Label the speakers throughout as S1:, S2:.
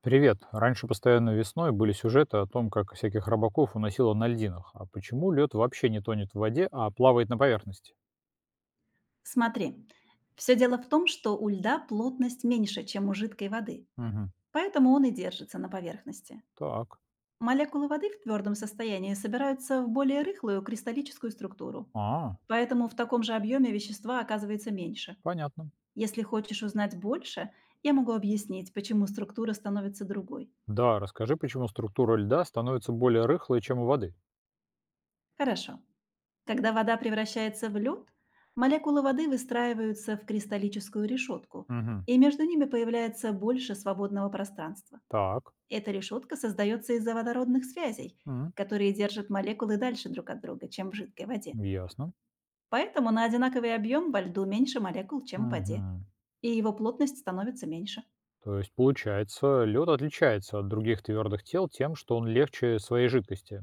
S1: Привет. Раньше постоянно весной были сюжеты о том, как всяких рыбаков уносило на льдинах. А почему лед вообще не тонет в воде, а плавает на поверхности?
S2: Смотри, все дело в том, что у льда плотность меньше, чем у жидкой воды,
S1: Угу.
S2: поэтому он и держится на поверхности.
S1: Так.
S2: Молекулы воды в твердом состоянии собираются в более рыхлую кристаллическую структуру,
S1: А,
S2: поэтому в таком же объеме вещества оказывается меньше.
S1: понятно.
S2: Если хочешь узнать больше, я могу объяснить, почему структура становится другой.
S1: Да, расскажи, почему структура льда становится более рыхлой, чем у воды.
S2: Хорошо. Когда вода превращается в лед, молекулы воды выстраиваются в кристаллическую решетку,
S1: Угу.
S2: и между ними появляется больше свободного пространства.
S1: Так.
S2: Эта решетка создается из-за водородных связей,
S1: М.
S2: которые держат молекулы дальше друг от друга, чем в жидкой воде.
S1: Ясно.
S2: Поэтому на одинаковый объем во льду меньше молекул, чем в воде,
S1: Угу.
S2: и его плотность становится меньше.
S1: То есть, получается, лед отличается от других твердых тел тем, что он легче своей жидкости.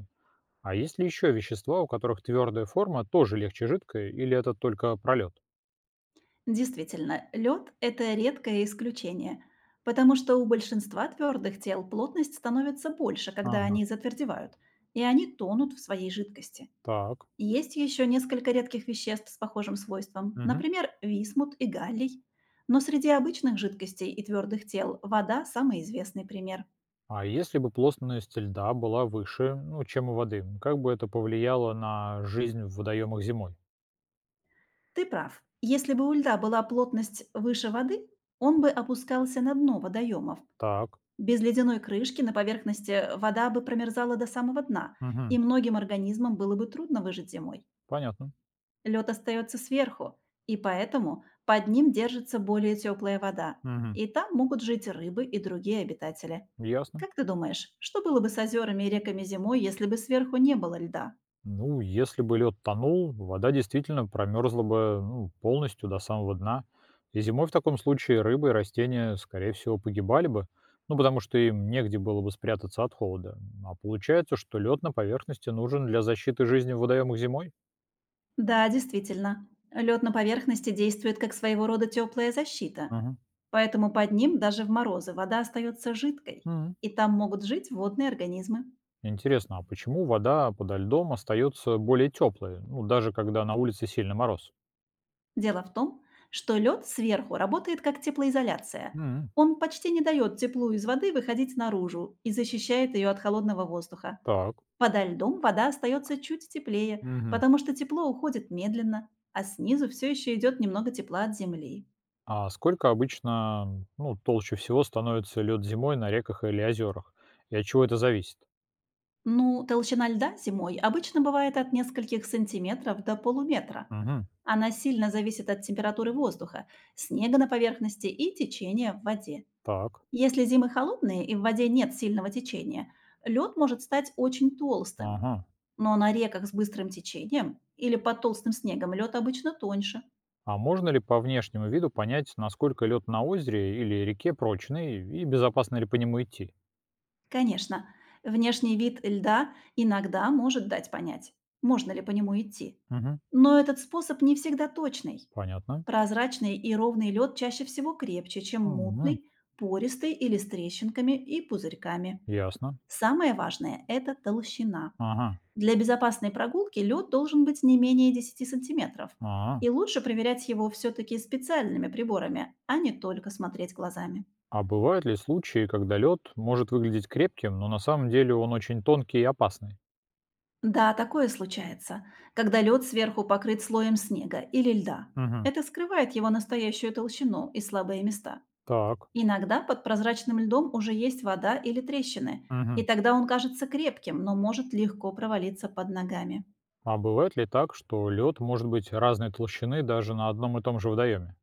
S1: А есть ли еще вещества, у которых твердая форма тоже легче жидкой, или это только пролет?
S2: Действительно, лед– это редкое исключение, потому что у большинства твердых тел плотность становится больше, когда
S1: Ага.
S2: они затвердевают, и они тонут в своей жидкости.
S1: Так.
S2: Есть еще несколько редких веществ с похожим свойством,
S1: Мгм.
S2: например, висмут и галлий. Но среди обычных жидкостей и твердых тел вода– самый известный пример.
S1: А если бы плотность льда была выше, ну, чем у воды, как бы это повлияло на жизнь в водоемах зимой?
S2: Ты прав. Если бы у льда была плотность выше воды, он бы опускался на дно водоемов.
S1: Так.
S2: Без ледяной крышки на поверхности вода бы промерзала до самого дна,
S1: Мгм.
S2: и многим организмам было бы трудно выжить зимой.
S1: Понятно.
S2: Лед остается сверху, и поэтому под ним держится более теплая вода,
S1: Мгм.
S2: и там могут жить рыбы и другие обитатели.
S1: Ясно.
S2: Как ты думаешь, что было бы с озерами и реками зимой, если бы сверху не было льда?
S1: Ну, если бы лед тонул, вода действительно промерзла бы, ну, полностью до самого дна. И зимой в таком случае рыбы и растения, скорее всего, погибали бы, ну, потому что им негде было бы спрятаться от холода. А получается, что лед на поверхности нужен для защиты жизни в водоемах зимой?
S2: Да, действительно, лед на поверхности действует как своего рода теплая защита,
S1: Мгм.
S2: поэтому под ним даже в морозы вода остается жидкой,
S1: Мгм.
S2: и там могут жить водные организмы.
S1: Интересно, а почему вода подо льдом остается более теплой, ну, даже когда на улице сильный мороз?
S2: Дело в том, что лед сверху работает как теплоизоляция.
S1: М.
S2: Он почти не дает теплу из воды выходить наружу и защищает ее от холодного воздуха.
S1: Так.
S2: Подо льдом вода остается чуть теплее,
S1: Мгм.
S2: потому что тепло уходит медленно, а снизу все еще идет немного тепла от земли.
S1: А сколько обычно, ну, толще всего становится лед зимой на реках или озерах? И от чего это зависит?
S2: Ну, толщина льда зимой обычно бывает от нескольких сантиметров до полуметра.
S1: Мгм.
S2: Она сильно зависит от температуры воздуха, снега на поверхности и течения в воде.
S1: Так.
S2: Если зимы холодные и в воде нет сильного течения, лед может стать очень толстым.
S1: Ага.
S2: Но на реках с быстрым течением или под толстым снегом лед обычно тоньше.
S1: А можно ли по внешнему виду понять, насколько лед на озере или реке прочный и безопасно ли по нему идти?
S2: Конечно, внешний вид льда иногда может дать понять, можно ли по нему идти.
S1: Мгм.
S2: Но этот способ не всегда точный.
S1: Понятно.
S2: Прозрачный и ровный лед чаще всего крепче, чем
S1: Мгм.
S2: мутный, пористый или с трещинками и пузырьками.
S1: Ясно.
S2: Самое важное– это толщина.
S1: Ага.
S2: Для безопасной прогулки лед должен быть не менее 10 сантиметров,
S1: Ага.
S2: и лучше проверять его все-таки специальными приборами, а не только смотреть глазами.
S1: А бывают ли случаи, когда лед может выглядеть крепким, но на самом деле он очень тонкий и опасный?
S2: Да, такое случается, когда лед сверху покрыт слоем снега или льда.
S1: Мгм.
S2: Это скрывает его настоящую толщину и слабые места.
S1: Так.
S2: Иногда под прозрачным льдом уже есть вода или трещины, и
S1: Мгм.
S2: тогда он кажется крепким, но может легко провалиться под ногами.
S1: А бывает ли так, что лед может быть разной толщины даже на одном и том же водоеме?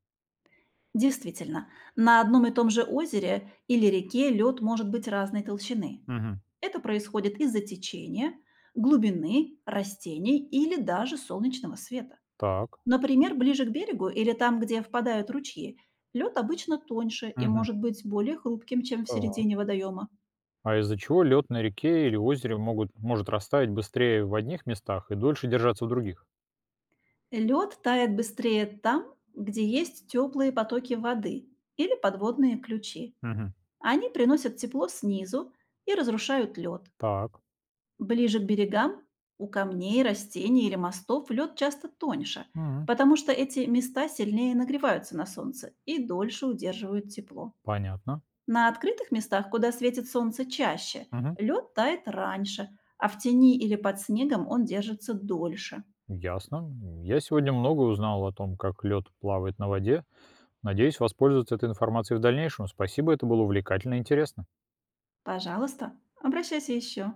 S2: Действительно, на одном и том же озере или реке лед может быть разной толщины.
S1: Мгм.
S2: Это происходит из-за течения, глубины, растений или даже солнечного света.
S1: Так.
S2: Например, ближе к берегу или там, где впадают ручьи, лед обычно тоньше и
S1: Мгм.
S2: может быть более хрупким, чем в
S1: Так.
S2: середине водоема.
S1: А из-за чего лед на реке или озере может растаять быстрее в одних местах и дольше держаться в других?
S2: Лед тает быстрее там, где есть теплые потоки воды или подводные ключи.
S1: Мгм.
S2: Они приносят тепло снизу и разрушают лед.
S1: Так.
S2: Ближе к берегам, у камней, растений или мостов лед часто тоньше,
S1: Мгм.
S2: потому что эти места сильнее нагреваются на солнце и дольше удерживают тепло.
S1: Понятно.
S2: На открытых местах, куда светит солнце чаще,
S1: Мгм.
S2: лед тает раньше, а в тени или под снегом он держится дольше.
S1: Ясно. Я сегодня много узнал о том, как лед плавает на воде. Надеюсь воспользоваться этой информацией в дальнейшем. Спасибо, это было увлекательно и интересно.
S2: Пожалуйста, обращайся еще.